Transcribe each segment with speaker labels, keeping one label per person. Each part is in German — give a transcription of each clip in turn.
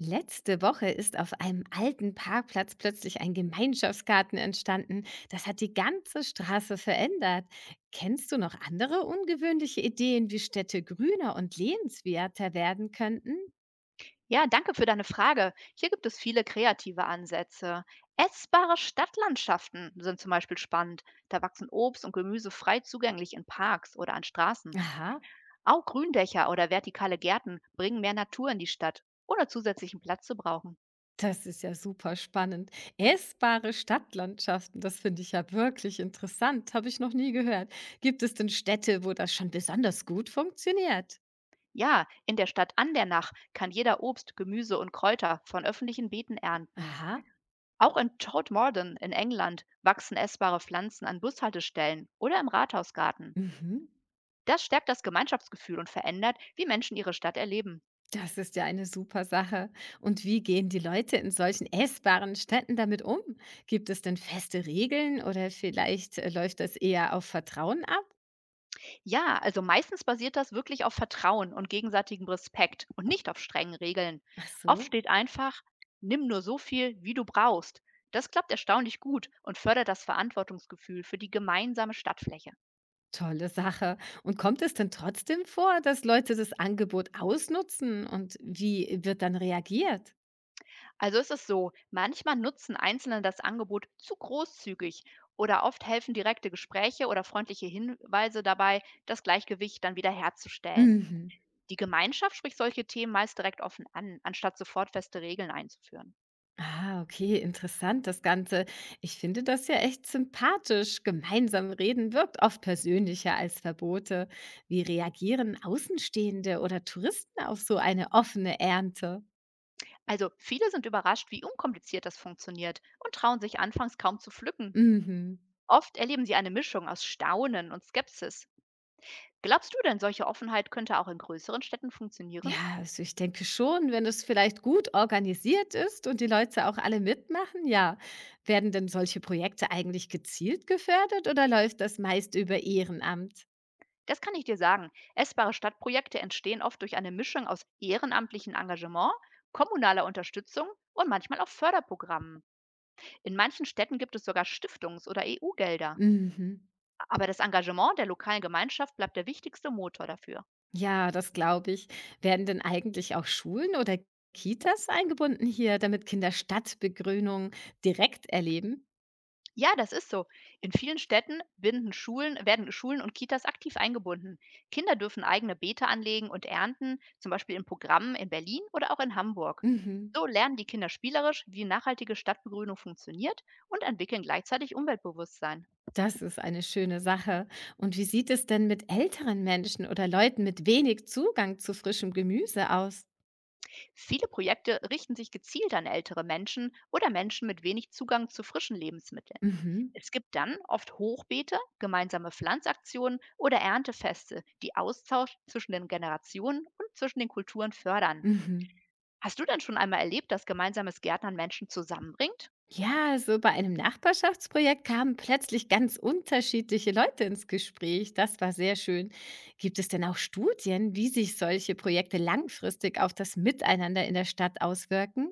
Speaker 1: Letzte Woche ist auf einem alten Parkplatz plötzlich ein Gemeinschaftsgarten entstanden. Das hat die ganze Straße verändert. Kennst du noch andere ungewöhnliche Ideen, wie Städte grüner und lebenswerter werden könnten?
Speaker 2: Ja, danke für deine Frage. Hier gibt es viele kreative Ansätze. Essbare Stadtlandschaften sind zum Beispiel spannend. Da wachsen Obst und Gemüse frei zugänglich in Parks oder an Straßen.
Speaker 1: Aha,
Speaker 2: Auch Gründächer oder vertikale Gärten bringen mehr Natur in die Stadt, ohne zusätzlichen Platz zu brauchen.
Speaker 1: das ist ja super spannend. Essbare Stadtlandschaften, das finde ich ja wirklich interessant. Habe ich noch nie gehört. Gibt es denn Städte, wo das schon besonders gut funktioniert?
Speaker 2: Ja, in der Stadt an der Nach kann jeder Obst, Gemüse und Kräuter von öffentlichen Beeten ernten.
Speaker 1: Aha.
Speaker 2: Auch in Todmorden in England wachsen essbare Pflanzen an Bushaltestellen oder im Rathausgarten.
Speaker 1: Mhm.
Speaker 2: Das stärkt das Gemeinschaftsgefühl und verändert, wie Menschen ihre Stadt erleben.
Speaker 1: Das ist ja eine super Sache. Und wie gehen die Leute in solchen essbaren Städten damit um? Gibt es denn feste Regeln oder vielleicht läuft das eher auf Vertrauen ab?
Speaker 2: Ja, also meistens basiert das wirklich auf Vertrauen und gegenseitigem Respekt und nicht auf strengen Regeln.
Speaker 1: Ach
Speaker 2: Oft
Speaker 1: so,
Speaker 2: steht einfach, nimm nur so viel, wie du brauchst. Das klappt erstaunlich gut und fördert das Verantwortungsgefühl für die gemeinsame Stadtfläche.
Speaker 1: tolle Sache. Und kommt es denn trotzdem vor, dass Leute das Angebot ausnutzen und wie wird dann reagiert?
Speaker 2: Also ist es so, manchmal nutzen Einzelne das Angebot zu großzügig oder oft helfen direkte Gespräche oder freundliche Hinweise dabei, das Gleichgewicht dann wieder herzustellen.
Speaker 1: Mhm.
Speaker 2: Die Gemeinschaft spricht solche Themen meist direkt offen an, anstatt sofort feste Regeln einzuführen.
Speaker 1: Ah, okay, interessant das Ganze. Ich finde das ja echt sympathisch. Gemeinsam reden wirkt oft persönlicher als Verbote. Wie reagieren Außenstehende oder Touristen auf so eine offene Ernte?
Speaker 2: Also viele sind überrascht, wie unkompliziert das funktioniert und trauen sich anfangs kaum zu pflücken.
Speaker 1: Mhm.
Speaker 2: Oft erleben sie eine Mischung aus Staunen und Skepsis. Glaubst du denn, solche Offenheit könnte auch in größeren Städten funktionieren?
Speaker 1: Ja, also ich denke schon, wenn es vielleicht gut organisiert ist und die Leute auch alle mitmachen, ja. Werden denn solche Projekte eigentlich gezielt gefördert oder läuft das meist über Ehrenamt?
Speaker 2: Das kann ich dir sagen. Essbare Stadtprojekte entstehen oft durch eine Mischung aus ehrenamtlichem Engagement, kommunaler Unterstützung und manchmal auch Förderprogrammen. In manchen Städten gibt es sogar Stiftungs- oder EU-Gelder.
Speaker 1: Mhm.
Speaker 2: Aber das Engagement der lokalen Gemeinschaft bleibt der wichtigste Motor dafür.
Speaker 1: Ja, das glaube ich. Werden denn eigentlich auch Schulen oder Kitas eingebunden hier, damit Kinder Stadtbegrünung direkt erleben?
Speaker 2: Ja, das ist so. In vielen Städten binden Schulen, werden Schulen und Kitas aktiv eingebunden. Kinder dürfen eigene Beete anlegen und ernten, zum Beispiel in Programmen in Berlin oder auch in Hamburg.
Speaker 1: Mhm.
Speaker 2: So lernen die Kinder spielerisch, wie nachhaltige Stadtbegrünung funktioniert und entwickeln gleichzeitig Umweltbewusstsein.
Speaker 1: Das ist eine schöne Sache. Und wie sieht es denn mit älteren Menschen oder Leuten mit wenig Zugang zu frischem Gemüse aus?
Speaker 2: Viele Projekte richten sich gezielt an ältere Menschen oder Menschen mit wenig Zugang zu frischen Lebensmitteln.
Speaker 1: Mhm.
Speaker 2: Es gibt dann oft Hochbeete, gemeinsame Pflanzaktionen oder Erntefeste, die Austausch zwischen den Generationen und zwischen den Kulturen fördern.
Speaker 1: Mhm.
Speaker 2: Hast du denn schon einmal erlebt, dass gemeinsames Gärtnern Menschen zusammenbringt?
Speaker 1: Ja, so bei einem Nachbarschaftsprojekt kamen plötzlich ganz unterschiedliche Leute ins Gespräch. Das war sehr schön. Gibt es denn auch Studien, wie sich solche Projekte langfristig auf das Miteinander in der Stadt auswirken?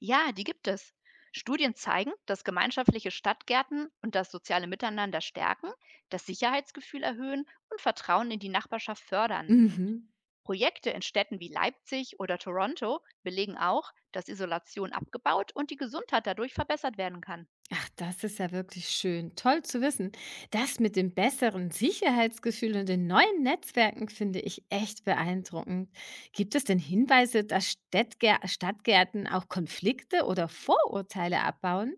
Speaker 2: Ja, die gibt es. Studien zeigen, dass gemeinschaftliche Stadtgärten und das soziale Miteinander stärken, das Sicherheitsgefühl erhöhen und Vertrauen in die Nachbarschaft fördern.
Speaker 1: Mhm.
Speaker 2: Projekte in Städten wie Leipzig oder Toronto belegen auch, dass Isolation abgebaut und die Gesundheit dadurch verbessert werden kann.
Speaker 1: Ach, das ist ja wirklich schön. Toll zu wissen. Das mit dem besseren Sicherheitsgefühl und den neuen Netzwerken finde ich echt beeindruckend. Gibt es denn Hinweise, dass Stadtgärten auch Konflikte oder Vorurteile abbauen?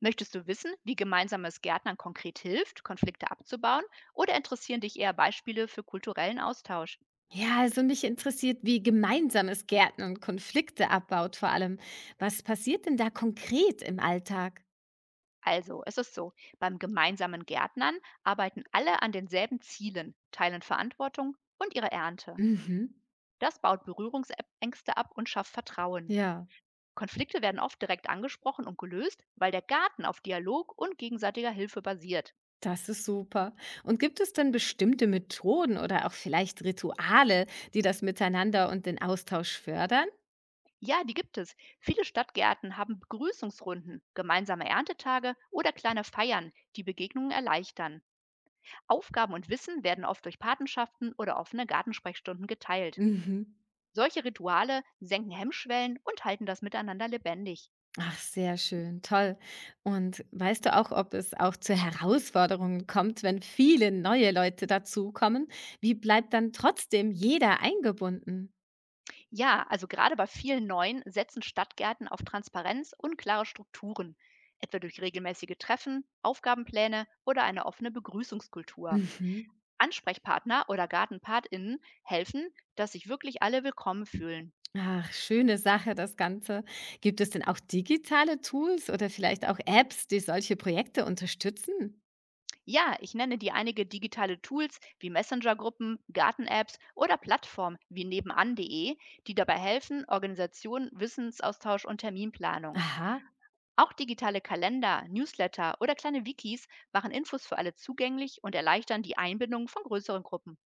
Speaker 2: Möchtest du wissen, wie gemeinsames Gärtnern konkret hilft, Konflikte abzubauen, oder interessieren dich eher Beispiele für kulturellen Austausch?
Speaker 1: Ja, also mich interessiert, wie gemeinsames Gärtnern Konflikte abbaut vor allem. Was passiert denn da konkret im Alltag?
Speaker 2: Also, es ist so, beim gemeinsamen Gärtnern arbeiten alle an denselben Zielen, teilen Verantwortung und ihre Ernte.
Speaker 1: Mhm.
Speaker 2: Das baut Berührungsängste ab und schafft Vertrauen.
Speaker 1: Ja,
Speaker 2: Konflikte werden oft direkt angesprochen und gelöst, weil der Garten auf Dialog und gegenseitiger Hilfe basiert.
Speaker 1: das ist super. Und gibt es denn bestimmte Methoden oder auch vielleicht Rituale, die das Miteinander und den Austausch fördern?
Speaker 2: Ja, die gibt es. Viele Stadtgärten haben Begrüßungsrunden, gemeinsame Erntetage oder kleine Feiern, die Begegnungen erleichtern. Aufgaben und Wissen werden oft durch Patenschaften oder offene Gartensprechstunden geteilt.
Speaker 1: Mhm.
Speaker 2: Solche Rituale senken Hemmschwellen und halten das Miteinander lebendig.
Speaker 1: Ach, sehr schön, toll. Und weißt du auch, ob es auch zu Herausforderungen kommt, wenn viele neue Leute dazukommen? Wie bleibt dann trotzdem jeder eingebunden?
Speaker 2: Ja, also gerade bei vielen neuen setzen Stadtgärten auf Transparenz und klare Strukturen, etwa durch regelmäßige Treffen, Aufgabenpläne oder eine offene Begrüßungskultur.
Speaker 1: Mhm.
Speaker 2: Ansprechpartner oder GartenpatInnen helfen, dass sich wirklich alle willkommen fühlen.
Speaker 1: Ach, schöne Sache das Ganze. Gibt es denn auch digitale Tools oder vielleicht auch Apps, die solche Projekte unterstützen?
Speaker 2: Ja, ich nenne dir einige digitale Tools wie Messenger-Gruppen, Garten-Apps oder Plattformen wie nebenan.de, die dabei helfen, Organisation, Wissensaustausch und Terminplanung.
Speaker 1: Aha,
Speaker 2: Auch digitale Kalender, Newsletter oder kleine Wikis machen Infos für alle zugänglich und erleichtern die Einbindung von größeren Gruppen.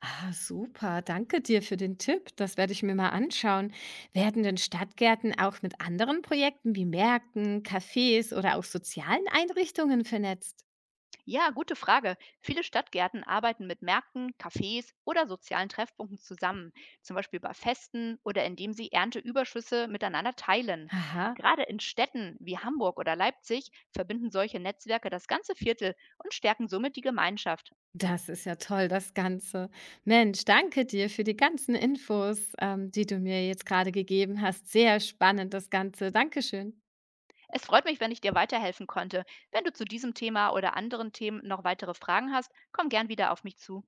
Speaker 1: ah, super. Danke dir für den Tipp. Das werde ich mir mal anschauen. Werden denn Stadtgärten auch mit anderen Projekten wie Märkten, Cafés oder auch sozialen Einrichtungen vernetzt?
Speaker 2: Ja, gute Frage. Viele Stadtgärten arbeiten mit Märkten, Cafés oder sozialen Treffpunkten zusammen, zum Beispiel bei Festen oder indem sie Ernteüberschüsse miteinander teilen.
Speaker 1: Aha,
Speaker 2: Gerade in Städten wie Hamburg oder Leipzig verbinden solche Netzwerke das ganze Viertel und stärken somit die Gemeinschaft.
Speaker 1: das ist ja toll, das Ganze. Mensch, danke dir für die ganzen Infos, die du mir jetzt gerade gegeben hast. Sehr spannend, das Ganze. Dankeschön.
Speaker 2: Es freut mich, wenn ich dir weiterhelfen konnte. Wenn du zu diesem Thema oder anderen Themen noch weitere Fragen hast, komm gern wieder auf mich zu.